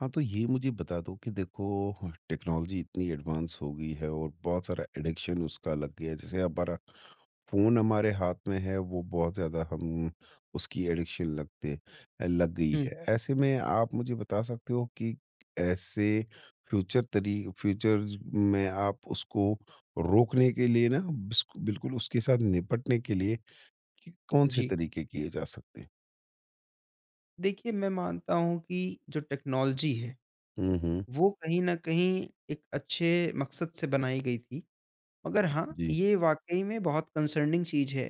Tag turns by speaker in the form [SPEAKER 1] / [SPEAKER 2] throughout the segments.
[SPEAKER 1] हाँ, तो ये मुझे बता दो कि देखो टेक्नोलॉजी इतनी एडवांस हो गई है और बहुत सारा एडिक्शन उसका लग गया है। जैसे हमारा फ़ोन हमारे हाथ में है, वो बहुत ज़्यादा हम उसकी एडिक्शन लगते लग गई
[SPEAKER 2] हुँ,
[SPEAKER 1] है। ऐसे में आप मुझे बता सकते हो कि ऐसे फ्यूचर में आप उसको रोकने के लिए ना बिस बिल्कुल उसके साथ निपटने के लिए कि कौन से
[SPEAKER 2] जी।
[SPEAKER 1] तरीके किए जा सकते हैं?
[SPEAKER 2] देखिए, मैं मानता हूँ कि जो टेक्नोलॉज़ी है,
[SPEAKER 1] हुँ, हुँ।
[SPEAKER 2] वो कहीं न कहीं एक अच्छे मकसद से बनाई गई थी। मगर हाँ,
[SPEAKER 1] जी।
[SPEAKER 2] ये वाक़ई में बहुत कंसर्निंग चीज़ है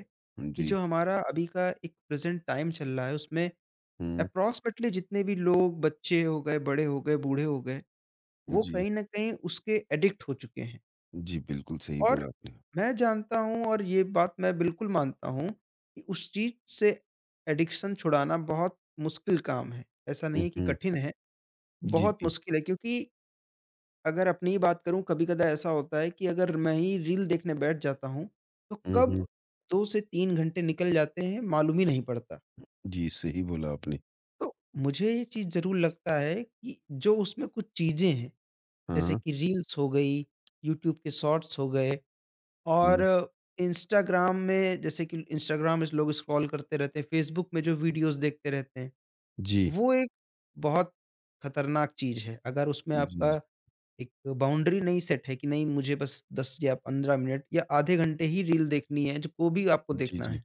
[SPEAKER 2] कि
[SPEAKER 1] जी।
[SPEAKER 2] जो हमारा अभी का एक प्रेज़ेंट टाइम चल रहा है, उसमें
[SPEAKER 1] हुँ,
[SPEAKER 2] अप्रॉक्सिमेटली जितने भी लोग बच्चे हो गए, बड़े हो गए, बूढ़े हो गए, वो
[SPEAKER 1] जी।
[SPEAKER 2] कहीं न कहीं उसके एडिक्ट हो चुके हैं।
[SPEAKER 1] जी, बिल्कुल सही
[SPEAKER 2] और
[SPEAKER 1] बोला आपने।
[SPEAKER 2] मैं जानता हूँ और ये बात मैं बिल्कुल मानता हूँ कि उस चीज़ से एडिक्शन छुड़ाना बहुत मुश्किल काम है। ऐसा नहीं
[SPEAKER 1] हुँ,
[SPEAKER 2] है कि
[SPEAKER 1] हुँ।
[SPEAKER 2] कठिन है,
[SPEAKER 1] जी,
[SPEAKER 2] बहुत
[SPEAKER 1] जी।
[SPEAKER 2] मुश्किल है क्योंकि अगर अपनी ही बात करूँ कभी-कदा ऐसा होता है कि अगर मैं ही रील देखने बैठ जाता हूँ, तो
[SPEAKER 1] हुँ,
[SPEAKER 2] कब
[SPEAKER 1] हुँ।
[SPEAKER 2] 2 से 3 घंटे निकल जाते हैं मालूम ही नहीं पड़ता।
[SPEAKER 1] जी, सही बोला आपने।
[SPEAKER 2] तो मुझे ये चीज़ ज़रूर लगता है कि जो उसमें कुछ चीज़ें हैं, जैसे
[SPEAKER 1] हाँ।
[SPEAKER 2] कि रील्स हो गई, यूट्यूब के शॉर्ट्स हो गए
[SPEAKER 1] हुँ।
[SPEAKER 2] और इंस्टाग्राम में लोग स्क्रॉल करते रहते हैं, फेसबुक में जो वीडियोज़ देखते रहते हैं,
[SPEAKER 1] जी।
[SPEAKER 2] वो एक बहुत खतरनाक चीज़ है। अगर उसमें
[SPEAKER 1] जी, जी, जी।
[SPEAKER 2] आपका एक बाउंड्री नहीं सेट है कि नहीं मुझे बस 10 या 15 मिनट या आधे घंटे ही रील देखनी है, जो को भी आपको
[SPEAKER 1] जी,
[SPEAKER 2] देखना
[SPEAKER 1] जी।
[SPEAKER 2] है।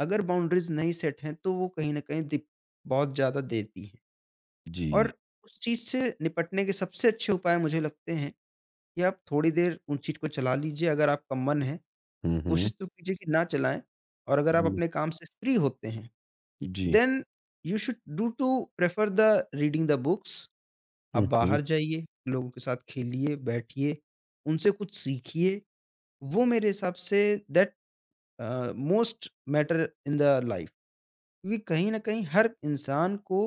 [SPEAKER 2] अगर बाउंड्रीज़ नहीं सेट हैं, तो वो कहीं न कहीं दिक बहुत ज़्यादा देती हैं
[SPEAKER 1] जी।
[SPEAKER 2] और उस चीज़ से निपटने के सबसे अच्छे उपाय मुझे लगते हैं कि आप थोड़ी देर उन चीज़ को चला लीजिए अगर आपका मन है।
[SPEAKER 1] हुँ, हुँ।
[SPEAKER 2] कोशिश तो कीजिए कि ना चलाएँ और अगर आप
[SPEAKER 1] जी,
[SPEAKER 2] अपने काम से फ्री होते हैं,
[SPEAKER 1] जी।
[SPEAKER 2] Then you should do to prefer the reading the books. आप
[SPEAKER 1] हुँ, हुँ।
[SPEAKER 2] बाहर जाइए, लोगों के साथ खेलिए, बैठिए, उनसे कुछ सीखिए। वो मेरे हिसाब से that most matter in the life क्योंकि कहीं न कहीं हर इंसान को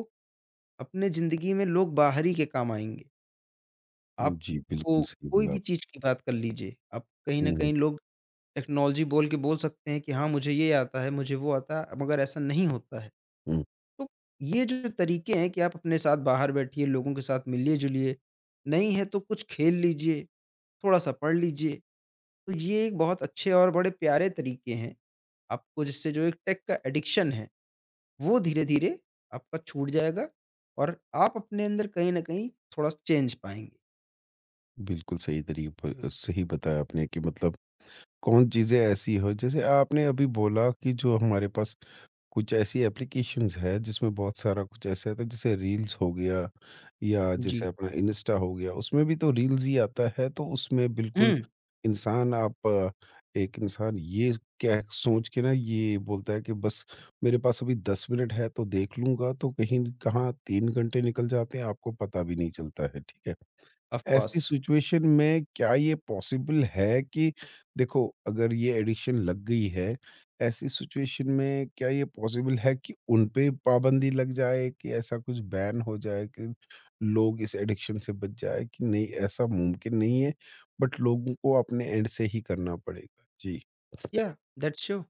[SPEAKER 2] अपने ज़िंदगी में लोग बाहर ही के काम आएँगे। आप
[SPEAKER 1] जी,
[SPEAKER 2] को
[SPEAKER 1] बिल्कुल सही
[SPEAKER 2] कोई
[SPEAKER 1] बोला
[SPEAKER 2] भी
[SPEAKER 1] आप।
[SPEAKER 2] चीज़ की बात कर लीजिए, आप कहीं न
[SPEAKER 1] हुँ, हुँ,
[SPEAKER 2] कहीं लोग टेक्नोलॉजी बोल के बोल सकते हैं कि हाँ, मुझे ये आता है, मुझे वो आता है, मगर ऐसा नहीं होता है।
[SPEAKER 1] हुँ।
[SPEAKER 2] तो ये जो तरीके हैं कि आप अपने साथ बाहर बैठिए, लोगों के साथ मिलिए-जुलिए, नहीं है तो कुछ खेल लीजिए, थोड़ा-सा पढ़ लीजिए। तो ये एक बहुत अच्छे और बड़े प्यारे तरीके हैं, आपको जिससे जो एक टेक का एडिक्शन है, वो धीरे-धीरे आपका छूट जाएगा और आप अपने अंदर कहीं न कहीं थोड़ा चेंज पाएँगे।
[SPEAKER 1] बिल्कुल सही तरीके पर सही बताया आपने कि मतलब कौन चीज़ें ऐसी हो जैसे आपने अभी बोला कि जो हमारे पास कुछ ऐसी एप्लीकेशंस है जिसमें बहुत सारा कुछ ऐसा आता है जैसे रील्स हो गया या
[SPEAKER 2] जी।
[SPEAKER 1] जैसे अपना इंस्टा हो गया उसमें भी तो रील्स ही आता है तो उसमें
[SPEAKER 2] हुँ।
[SPEAKER 1] बिल्कुल इंसान आप एक इंसान ये क्या सोच के ना ये बोलता है कि बस मेरे पास अभी 10 मिनट है तो देख लूंगा तो कहीं कहाँ 3 घंटे निकल जाते हैं आपको पता भी नहीं चलता है, ठीक है।
[SPEAKER 2] ऑफ
[SPEAKER 1] ऐसी
[SPEAKER 2] कोर्स।
[SPEAKER 1] सिचुएशन में क्या ये पॉसिबल है कि देखो अगर ये एडिक्शन लग गई है, ऐसी सिचुएशन में क्या ये पॉसिबल है कि उन पे पाबंदी लग जाए कि ऐसा कुछ बैन हो जाए कि लोग इस एडिक्शन से बच जाए, कि नहीं ऐसा मुमकिन नहीं है, बट लोगों को अपने एंड से ही करना पड़ेगा? जी।
[SPEAKER 2] या, दैट्स शो।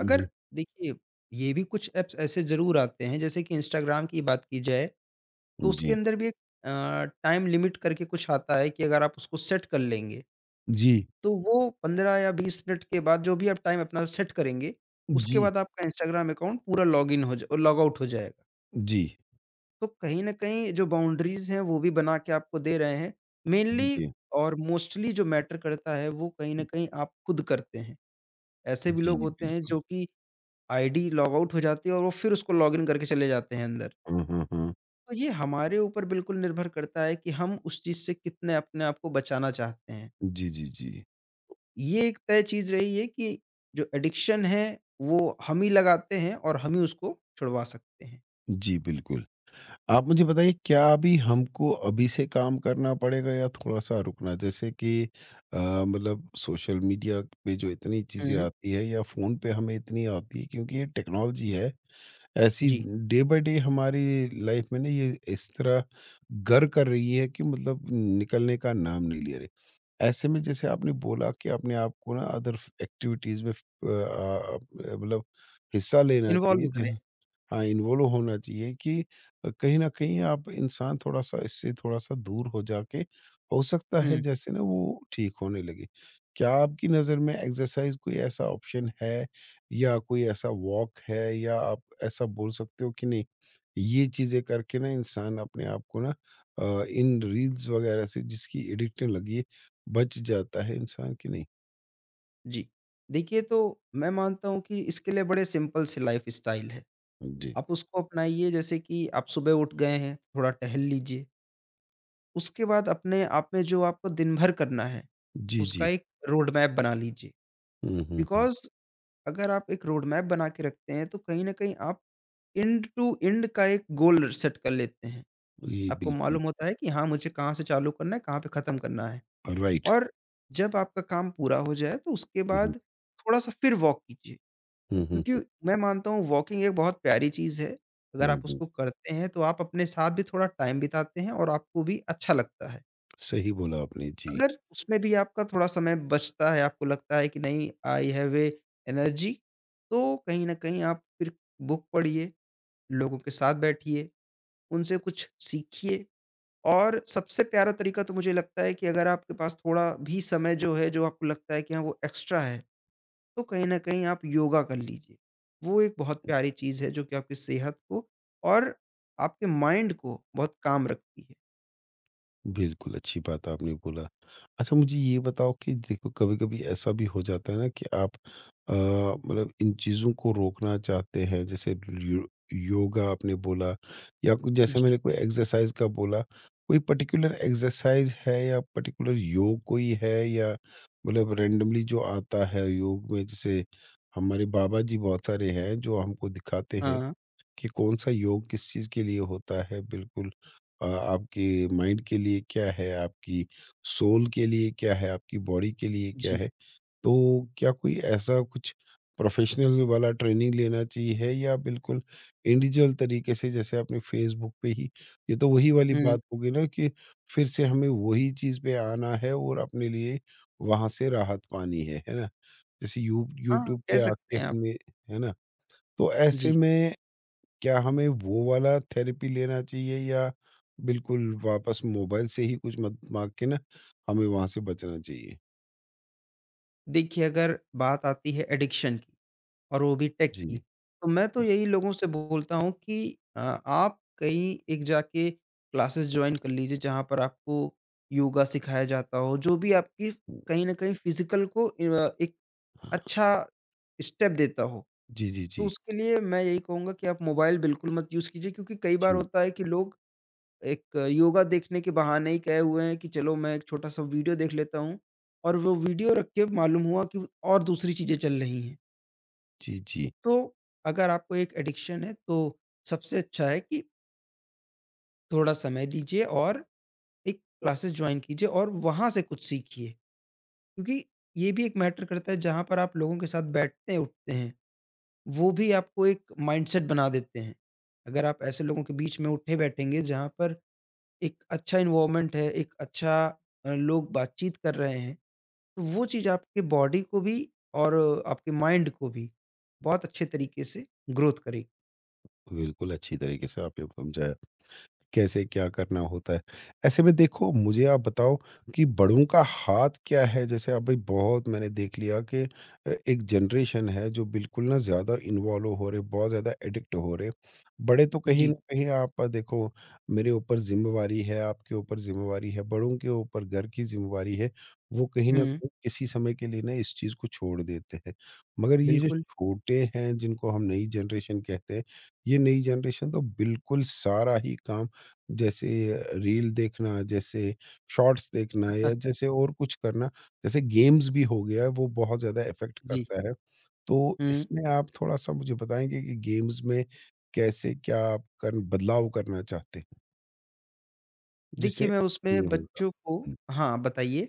[SPEAKER 1] हुँ,
[SPEAKER 2] अगर
[SPEAKER 1] हुँ।
[SPEAKER 2] देखिए, ये भी कुछ ऐप्स ऐसे ज़रूर आते हैं, जैसे कि इंस्टाग्राम की बात की जाए, तो उसके
[SPEAKER 1] जी।
[SPEAKER 2] अंदर भी एक अ, टाइम लिमिट करके कुछ आता है कि अगर आप उसको सेट कर लेंगे,
[SPEAKER 1] जी।
[SPEAKER 2] तो वो 15 या 20 मिनट के बाद जो भी आप टाइम अपना सेट करेंगे, उसके
[SPEAKER 1] जी।
[SPEAKER 2] बाद आपका इंस्टाग्राम अकाउंट पूरा लॉग आउट हो जाएगा।
[SPEAKER 1] जी।
[SPEAKER 2] तो कहीं न कहीं जो बाउंड्रीज़ हैं, वो भी बना के आपको दे रहे हैं।
[SPEAKER 1] जी,
[SPEAKER 2] मेनली
[SPEAKER 1] जी।
[SPEAKER 2] और मोस्टली जो मैटर करता है, वो कहीं न कहीं आप खुद करते हैं। ऐसे भी
[SPEAKER 1] जी,
[SPEAKER 2] लोग होते हैं
[SPEAKER 1] बिल्कुल।
[SPEAKER 2] जो कि आईडी लॉगआउट हो जाती है और वो फिर उसको लॉगिन करके चले जाते हैं अंदर।
[SPEAKER 1] हाँ, हाँ, हाँ।
[SPEAKER 2] तो ये हमारे ऊपर बिल्कुल निर्भर करता है कि हम उस चीज़ से कितने अपने आप को बचाना चाहते हैं।
[SPEAKER 1] जी, जी, जी।
[SPEAKER 2] ये एक तय चीज़ रही है कि जो एडिक्शन है, वो हम ही लगाते हैं और हम ही उसको छुड़वा सकते हैं।
[SPEAKER 1] जी, बिल्कुल। आप मुझे बताइए क्या अभी हमको अभी से काम करना पड़ेगा या थोड़ा-सा रुकना? जैसे कि अ, मतलब सोशल मीडिया पे जो इतनी चीज़ें
[SPEAKER 2] हुँ।
[SPEAKER 1] आती है या फ़ोन पे हमें इतनी आती है क्योंकि ये टेक्नोलॉजी है, ऐसी
[SPEAKER 2] जी,
[SPEAKER 1] डे बाय डे हमारी लाइफ़ में ना ये इस तरह गर कर रही है कि मतलब निकलने का नाम नहीं ले रही। ऐसे में जैसे आपने बोला कि अपने आप को ना अदर एक्टिविटीज़ में अ, मतलब हिस्सा लेना
[SPEAKER 2] इन्वॉल्व
[SPEAKER 1] चाहिए
[SPEAKER 2] करें।
[SPEAKER 1] जहाँ हाँ, इन्वॉल्व होना चाहिए कि कहीं न कहीं आप इंसान थोड़ा-सा इससे थोड़ा-सा दूर हो जाके हो सकता है
[SPEAKER 2] हुँ,
[SPEAKER 1] जैसे ना वो ठीक होने लगे। क्या आपकी नज़र में एक्सरसाइज़ कोई ऐसा ऑप्शन है या कोई ऐसा वॉक है या आप ऐसा बोल सकते हो कि नहीं, ये चीज़ें करके ना इंसान अपने आप को ना इन रील्स वग़ैरह से जिसकी एडिक्शन लगी है, बच जाता है इंसान कि नहीं?
[SPEAKER 2] जी। देखिए तो मैं मानता हूँ कि इसके लिए बड़े सिंपल से लाइफ़स्टाइल है।
[SPEAKER 1] जी।
[SPEAKER 2] आप उसको अपनाइए जैसे कि आप सुबह उठ गए हैं, थोड़ा टहल लीजिए। उसके बाद अपने आप में जो आपको दिन भर करना है,
[SPEAKER 1] जी,
[SPEAKER 2] उसका
[SPEAKER 1] जी।
[SPEAKER 2] एक रोड मैप बना लीजिए।
[SPEAKER 1] हुँ, हुँ, हुँ।
[SPEAKER 2] बिकॉज़ अगर आप एक रोड मैप बना के रखते हैं, तो कहीं न कहीं आप एंड टू एंड का एक गोल सेट कर लेते हैं।
[SPEAKER 1] जी,
[SPEAKER 2] आपको
[SPEAKER 1] बिल्कुल।
[SPEAKER 2] मालूम होता है कि हाँ, मुझे कहाँ से चालू करना है, कहाँ पे ख़त्म करना है।
[SPEAKER 1] राइट।
[SPEAKER 2] और जब आपका काम पूरा हो जाए, तो उसके
[SPEAKER 1] हुँ, हुँ।
[SPEAKER 2] बाद थोड़ा-सा फिर वॉक कीजिए।
[SPEAKER 1] हुँ, हुँ,
[SPEAKER 2] क्योंकि
[SPEAKER 1] हुँ,
[SPEAKER 2] मैं मानता हूँ वॉकिंग एक बहुत प्यारी चीज़ है। अगर आप
[SPEAKER 1] हुँ, हुँ।
[SPEAKER 2] उसको करते हैं, तो आप अपने साथ भी थोड़ा टाइम बिताते हैं और आपको भी अच्छा लगता है।
[SPEAKER 1] सही बोला आपने, जी।
[SPEAKER 2] अगर उसमें भी आपका थोड़ा समय बचता है, आपको लगता है कि नहीं आई हैव ए एनर्जी, तो कहीं न कहीं आप फिर बुक पढ़िए, लोगों के साथ बैठिए, उनसे कुछ सीखिए और सबसे प्यारा तरीका तो मुझे लगता है कि अगर आपके पास थोड़ा भी समय जो है, जो आपको लगता है कि हाँ, वो एक्स्ट्रा है, तो कहीं न कहीं आप योगा कर लीजिए। वो एक बहुत प्यारी चीज़ है जो कि आपकी सेहत को और आपके माइंड को बहुत काम रखती है।
[SPEAKER 1] बिल्कुल, अच्छी बात आपने बोला। अच्छा मुझे ये बताओ कि देखो कभी-कभी ऐसा भी हो जाता है ना कि आप मतलब इन चीज़ों को रोकना चाहते हैं जैसे यो योगा आपने बोला या कुछ जैसे
[SPEAKER 2] जी।
[SPEAKER 1] मैंने कोई एक्सरसाइज़ का बोला, कोई पर्टिकुलर एक्सरसाइज़ है या पर्टिकुलर योग कोई है या मतलब रैंडमली जो आता है योग में जैसे हमारे बाबा जी बहुत सारे हैं जो हमको दिखाते हैं।
[SPEAKER 2] हाँ,
[SPEAKER 1] कि कौन सा योग किस चीज़ के लिए होता है बिल्कुल आपके माइंड के लिए क्या है, आपकी सोल के लिए क्या है, आपकी बॉडी के लिए क्या
[SPEAKER 2] जी।
[SPEAKER 1] है। तो क्या कोई ऐसा कुछ प्रोफ़ेशनल वाला ट्रेनिंग लेना चाहिए है या बिल्कुल इंडिविजुअल तरीके से जैसे आपने फ़ेसबुक पे ही ये तो वही वाली
[SPEAKER 2] हुँ।
[SPEAKER 1] बात होगी ना कि फिर से हमें वही चीज़ पे आना है और अपने लिए वहाँ से राहत पानी है ना? जैसे यू
[SPEAKER 2] हाँ,
[SPEAKER 1] यूट्यूब
[SPEAKER 2] कह
[SPEAKER 1] पे आके
[SPEAKER 2] सकते हैं आप।
[SPEAKER 1] हमने, है ना? तो ऐसे
[SPEAKER 2] जी।
[SPEAKER 1] में क्या हमें वो वाला थेरेपी लेना चाहिए या बिल्कुल वापस मोबाइल से ही कुछ मत माँग के ना हमें वहाँ से बचना चाहिए?
[SPEAKER 2] देखिए, अगर बात आती है एडिक्शन की और वो भी टेक की,
[SPEAKER 1] जी।
[SPEAKER 2] तो मैं तो यही लोगों से बोलता हूँ कि आप कहीं एक जाके क्लासेस जॉइन कर लीजिए जहाँ पर आपको योगा सिखाया जाता हो, जो भी आपकी कहीं न कहीं फ़िज़िकल को एक अच्छा स्टेप देता हो।
[SPEAKER 1] जी, जी,
[SPEAKER 2] तो
[SPEAKER 1] जी।
[SPEAKER 2] उसके लिए मैं यही कहूँगा कि आप मोबाइल बिल्कुल मत यूज़ कीजिए क्योंकि कई बार
[SPEAKER 1] जी,
[SPEAKER 2] होता है कि लोग एक योगा देखने के बहाने ही गए हुए हैं कि चलो मैं एक छोटा-सा वीडियो देख लेता हूँ और वो वीडियो रख के मालूम हुआ कि और दूसरी चीज़ें चल रही हैं।
[SPEAKER 1] जी, जी।
[SPEAKER 2] तो अगर आपको एक एडिक्शन है तो सबसे अच्छा है कि थोड़ा समय दीजिए और एक क्लासेस जॉइन कीजिए और वहाँ से कुछ सीखिए। क्योंकि ये भी एक मैटर करता है जहाँ पर आप लोगों के साथ बैठते हैं उठते हैं, वो भी आपको एक माइंडसेट बना देते हैं। अगर आप ऐसे लोगों के बीच में उठे बैठेंगे जहाँ पर एक अच्छा एनवायरनमेंट है, लोग बातचीत कर रहे हैं, तो वो चीज़ आपके बॉडी को भी और आपके माइंड को भी बहुत अच्छे तरीके से ग्रोथ करेगी।
[SPEAKER 1] बिल्कुल अच्छी तरीके से आपने समझाया कैसे क्या करना होता है। ऐसे में देखो मुझे आप बताओ कि बड़ों का हाथ क्या है? जैसे अभी बहुत मैंने देख लिया कि एक जनरेशन है जो बिल्कुल ना ज़्यादा इन्वॉल्व हो रहे, बहुत ज़्यादा एडिक्ट हो रहे। बड़े तो कहीं
[SPEAKER 2] जी।
[SPEAKER 1] न कहीं आप देखो मेरे ऊपर ज़िम्मेवारी है, आपके ऊपर ज़िम्मेवारी है, बड़ों के ऊपर घर की ज़िम्मेवारी है, वो कहीं न
[SPEAKER 2] हुँ,
[SPEAKER 1] कहीं किसी समय के लिए ना इस चीज़ को छोड़ देते हैं। मगर ये जो
[SPEAKER 2] बिल्कुल।
[SPEAKER 1] छोटे हैं जिनको हम नई जनरेशन कहते हैं, ये नई जनरेशन तो बिल्कुल सारा ही काम जैसे रील देखना, जैसे शॉर्ट्स देखना या जैसे और कुछ करना, जैसे गेम्स भी हो गया, वो बहुत ज़्यादा इफ़ेक्ट
[SPEAKER 2] जी।
[SPEAKER 1] करता है। तो
[SPEAKER 2] हुँ,
[SPEAKER 1] इसमें आप थोड़ा-सा मुझे बताएँगे कि गेम्स में कैसे क्या आप कर बदलाव करना चाहते हैं,
[SPEAKER 2] देखिए
[SPEAKER 1] जिससे
[SPEAKER 2] मैं
[SPEAKER 1] ये
[SPEAKER 2] उसमें
[SPEAKER 1] होगा?
[SPEAKER 2] बच्चों को हाँ, बताइए?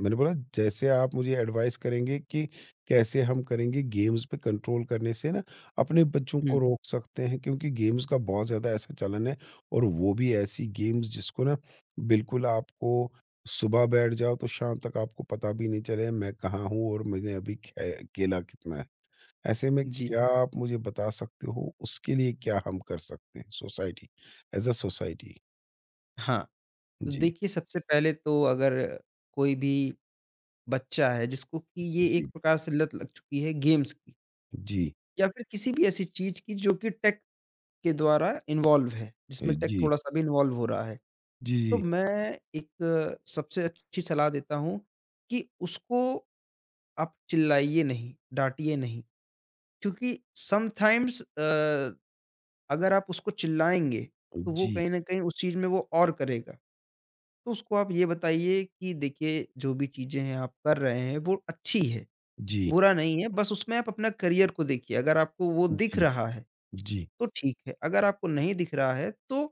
[SPEAKER 1] मैंने बोला जैसे आप मुझे एडवाइस करेंगे कि कैसे हम करेंगे गेम्स पे कंट्रोल करने से ना अपने बच्चों
[SPEAKER 2] हुँ,
[SPEAKER 1] को रोक सकते हैं क्योंकि गेम्स का बहुत ज़्यादा ऐसा चलन है और वो भी ऐसी गेम्स जिसको ना बिल्कुल आपको सुबह बैठ जाओ तो शाम तक आपको पता भी नहीं चले मैं कहाँ हूँ और मैंने अभी खेला कितना है। ऐसे में
[SPEAKER 2] जी,
[SPEAKER 1] क्या आप मुझे बता सकते हो उसके लिए क्या हम कर सकते हैं सोसाइटी एज अ सोसाइटी?
[SPEAKER 2] हाँ। तो
[SPEAKER 1] जी
[SPEAKER 2] देखिए सबसे पहले तो अगर कोई भी बच्चा है जिसको कि ये एक
[SPEAKER 1] जी
[SPEAKER 2] प्रकार से लत लग चुकी है गेम्स की
[SPEAKER 1] जी
[SPEAKER 2] या फिर किसी भी ऐसी चीज़ की जो कि टेक के द्वारा इन्वॉल्व है, जिसमें टेक
[SPEAKER 1] जी
[SPEAKER 2] थोड़ा-सा भी इन्वॉल्व हो रहा है।
[SPEAKER 1] जी
[SPEAKER 2] तो
[SPEAKER 1] जी
[SPEAKER 2] मैं एक सबसे अच्छी सलाह देता हूँ कि उसको आप चिल्लाइए नहीं, डाँटिए नहीं, क्योंकि समटाइम्स अगर आप उसको चिल्लाएँगे, तो वो
[SPEAKER 1] जी
[SPEAKER 2] कहीं न कहीं उस चीज़ में वो और करेगा। तो उसको आप ये बताइए कि देखिए, जो भी चीज़ें हैं आप कर रहे हैं, वो अच्छी है,
[SPEAKER 1] जी
[SPEAKER 2] बुरा नहीं है, बस उसमें आप अपना करियर को देखिए। अगर आपको वो दिख
[SPEAKER 1] जी,
[SPEAKER 2] रहा है,
[SPEAKER 1] जी,
[SPEAKER 2] तो ठीक है, अगर आपको नहीं दिख रहा है, तो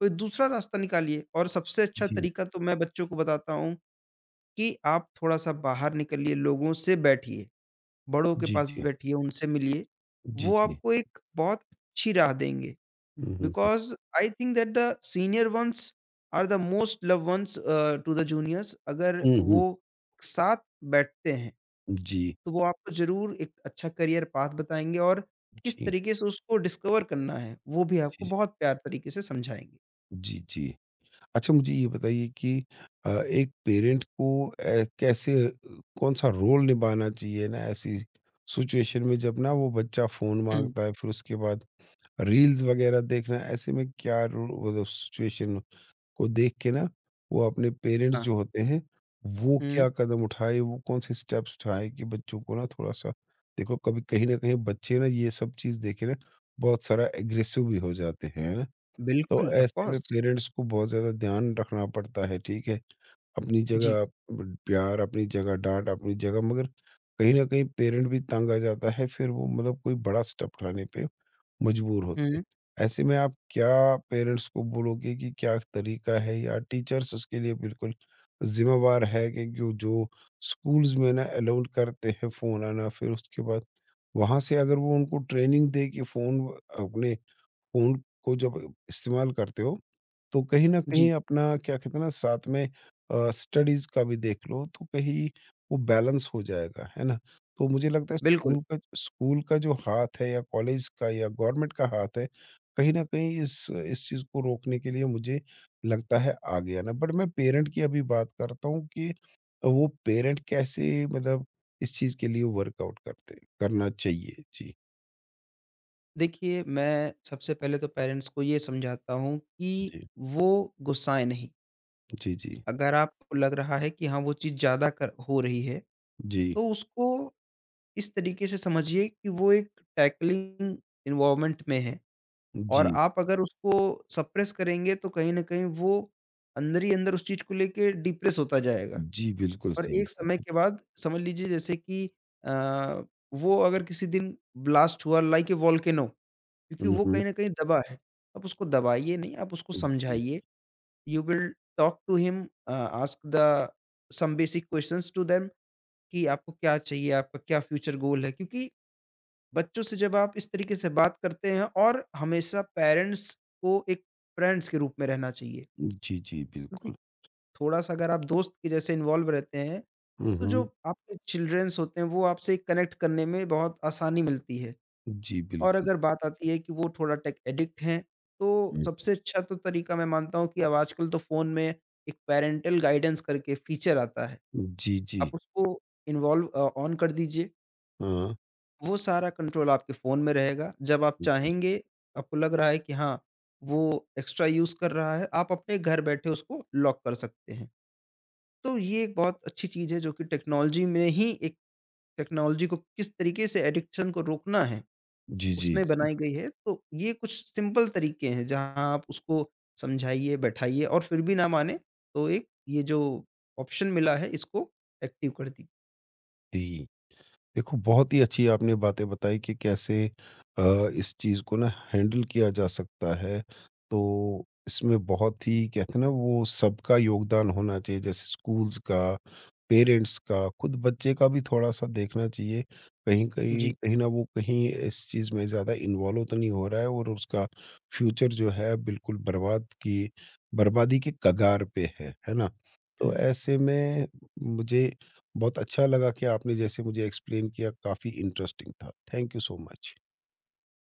[SPEAKER 2] कोई दूसरा रास्ता निकालिए और सबसे अच्छा
[SPEAKER 1] जी,
[SPEAKER 2] तरीका तो मैं बच्चों को बताता हूँ कि आप थोड़ा-सा बाहर निकलिए, लोगों से बैठिए, बड़ों के पास
[SPEAKER 1] जी,
[SPEAKER 2] बैठिए, उनसे मिलिए।
[SPEAKER 1] जी, जी,
[SPEAKER 2] वो
[SPEAKER 1] जी।
[SPEAKER 2] आपको एक बहुत अच्छी राह देंगे
[SPEAKER 1] हुँ, हुँ, हुँ।
[SPEAKER 2] Because I think that the senior ones are the most loved ones to the juniors अगर
[SPEAKER 1] हुँ, हुँ।
[SPEAKER 2] वो साथ बैठते हैं,
[SPEAKER 1] जी,
[SPEAKER 2] तो वो आपको ज़रूर एक अच्छा करियर पाथ बताएँगे और किस
[SPEAKER 1] जी,
[SPEAKER 2] तरीके से उसको डिस्कवर करना है, वो भी आपको
[SPEAKER 1] जी,
[SPEAKER 2] बहुत प्यार तरीके से समझाएँगे।
[SPEAKER 1] जी, जी। अच्छा मुझे ये बताइए कि एक पेरेंट को कैसे कौन-सा रोल निभाना चाहिए ना ऐसी सिचुएशन में जब ना वो बच्चा फ़ोन
[SPEAKER 2] हुँ,
[SPEAKER 1] माँगता है, फिर उसके बाद रील्स वगैरह देखना, ऐसे में क्या रो मतलब सिचुएशन को देख के ना वो अपने पेरेंट्स
[SPEAKER 2] हाँ।
[SPEAKER 1] जो होते हैं, वो
[SPEAKER 2] हुँ।
[SPEAKER 1] क्या कदम उठाए, वो कौन-से स्टेप्स उठाए कि बच्चों को ना थोड़ा-सा देखो कभी कहीं न कहीं बच्चे ना ये सब चीज़ देख के ना बहुत सारा एग्रेसिव भी हो जाते हैं, है ना? तो
[SPEAKER 2] बिल्कुल, ऑफ़
[SPEAKER 1] ऐसे में
[SPEAKER 2] कोर्स।
[SPEAKER 1] पेरेंट्स को बहुत ज़्यादा ध्यान रखना पड़ता है, ठीक है? अपनी
[SPEAKER 2] जी।
[SPEAKER 1] जगह ब प्यार, अपनी जगह डाँट, अपनी जगह, मगर कहीं न कहीं पेरेंट भी तंग आ जाता है, फिर वो मतलब कोई बड़ा स्टेप उठाने पे मजबूर होते हैं।
[SPEAKER 2] हुँ।
[SPEAKER 1] ऐसे में आप क्या पेरेंट्स को बोलोगे कि क्या तरीका है या टीचर्स उसके लिए बिल्कुल ज़िम्मेवार है कि जो जो स्कूल्स में ना अलाउड करते हैं फ़ोन आना फिर उसके बाद वहाँ से अगर वो उनको ट्रेनिंग दे कि फ़ोन अपने फ़ोन को जब इस्तेमाल करते हो तो कहीं न
[SPEAKER 2] जी,
[SPEAKER 1] कहीं अपना क्या कहते हैं ना साथ में स्टडीज़ का भी देख लो तो कहीं वो बैलेंस हो जाएगा, है ना? तो मुझे लगता है
[SPEAKER 2] बिल्कुल।
[SPEAKER 1] स्कूल का जो हाथ है या कॉलेज का या गवर्नमेंट का हाथ है, कहीं न कहीं इस चीज़ को रोकने के लिए मुझे लगता है आगे आना। बट मैं पेरेंट की अभी बात करता हूँ कि वो पेरेंट कैसे मतलब इस चीज़ के लिए वर्कआउट करते करना चाहिए। जी।
[SPEAKER 2] देखिए, मैं सबसे पहले तो पेरेंट्स को ये समझाता हूँ कि
[SPEAKER 1] जी।
[SPEAKER 2] वो गुस्साएँ नहीं।
[SPEAKER 1] जी, जी।
[SPEAKER 2] अगर आपको लग रहा है कि हाँ, वो चीज़ ज़्यादा कर हो रही है,
[SPEAKER 1] जी।
[SPEAKER 2] तो उसको इस तरीके से समझिए कि वो एक टैकलिंग एनवायरनमेंट में है और
[SPEAKER 1] जी।
[SPEAKER 2] आप अगर उसको सप्रेस करेंगे, तो कहीं न कहीं वो अंदर ही अंदर उस चीज़ को लेके डिप्रेस होता जाएगा।
[SPEAKER 1] जी, बिल्कुल
[SPEAKER 2] और
[SPEAKER 1] सही
[SPEAKER 2] एक समय
[SPEAKER 1] बात है।
[SPEAKER 2] के बाद समझ लीजिए जैसे कि अ, वो अगर किसी दिन ब्लास्ट हुआ लाइक ए वोल्केनो क्योंकि
[SPEAKER 1] हुँ,
[SPEAKER 2] वो कहीं
[SPEAKER 1] हुँ।
[SPEAKER 2] न कहीं दबा है। आप उसको दबाइए नहीं, आप उसको
[SPEAKER 1] जी,
[SPEAKER 2] समझाइए। You will talk to him ask the some basic questions to them कि आपको क्या चाहिए, आपका क्या फ्यूचर गोल है? क्योंकि बच्चों से जब आप इस तरीके से बात करते हैं और हमेशा पेरेंट्स को एक फ्रेंड्स के रूप में रहना चाहिए।
[SPEAKER 1] जी, जी,
[SPEAKER 2] क्योंकि
[SPEAKER 1] बिल्कुल।
[SPEAKER 2] थोड़ा-सा अगर आप दोस्त के जैसे इन्वॉल्व रहते हैं
[SPEAKER 1] हुँ,
[SPEAKER 2] तो जो
[SPEAKER 1] हुँ।
[SPEAKER 2] आपके चिल्ड्रंस होते हैं वो आपसे कनेक्ट करने में बहुत आसानी मिलती है।
[SPEAKER 1] जी,
[SPEAKER 2] और
[SPEAKER 1] बिल्कुल।
[SPEAKER 2] अगर बात आती है कि वो थोड़ा टेक एडिक्ट हैं, तो
[SPEAKER 1] हम्म,
[SPEAKER 2] सबसे अच्छा तो तरीका मैं मानता हूँ कि अब आजकल तो फ़ोन में एक पैरेंटल गाइडेंस करके फीचर आता है।
[SPEAKER 1] जी,
[SPEAKER 2] आप
[SPEAKER 1] जी।
[SPEAKER 2] उसको ऑन कर दीजिए,
[SPEAKER 1] हाँ।
[SPEAKER 2] वो सारा कंट्रोल आपके फ़ोन में रहेगा। जब आप
[SPEAKER 1] जी,
[SPEAKER 2] चाहेंगे, आपको लग रहा है कि हाँ, वो एक्स्ट्रा यूज़ कर रहा है, आप अपने घर बैठे उसको लॉक कर सकते हैं। तो ये एक बहुत अच्छी चीज़ है जो कि टेक्नोलॉजी में ही एक टेक्नोलॉजी को किस तरीके से एडिक्शन को रोकना है,
[SPEAKER 1] जी, जी,
[SPEAKER 2] उसमें
[SPEAKER 1] जी।
[SPEAKER 2] बनाई गई है। तो ये कुछ सिंपल तरीके हैं जहाँ आप उसको समझाइए, बैठाइए और फिर भी ना माने तो एक ये जो ऑप्शन मिला है इसको एक्टिव कर दी।
[SPEAKER 1] जी, देखो, बहुत ही अच्छी आपने बातें बताई कि कैसे अ, इस चीज़ को ना हैंडल किया जा सकता है। तो इसमें बहुत ही कहते हैं ना वो सबका योगदान होना चाहिए जैसे स्कूल्स का, पेरेंट्स का, खुद बच्चे का भी थोड़ा-सा देखना चाहिए। कहीं
[SPEAKER 2] जी।
[SPEAKER 1] कहीं कहीं न वो कहीं इस चीज़ में ज़्यादा इन्वॉल्व तो नहीं हो रहा है और उसका फ्यूचर जो है बिल्कुल बर्बादी के कगार पे है ना? तो
[SPEAKER 2] हुँ।
[SPEAKER 1] ऐसे में मुझे बहुत अच्छा लगा कि आपने जैसे मुझे एक्सप्लेन किया, काफ़ी इंटरेस्टिंग था, थैंक यू सो मच।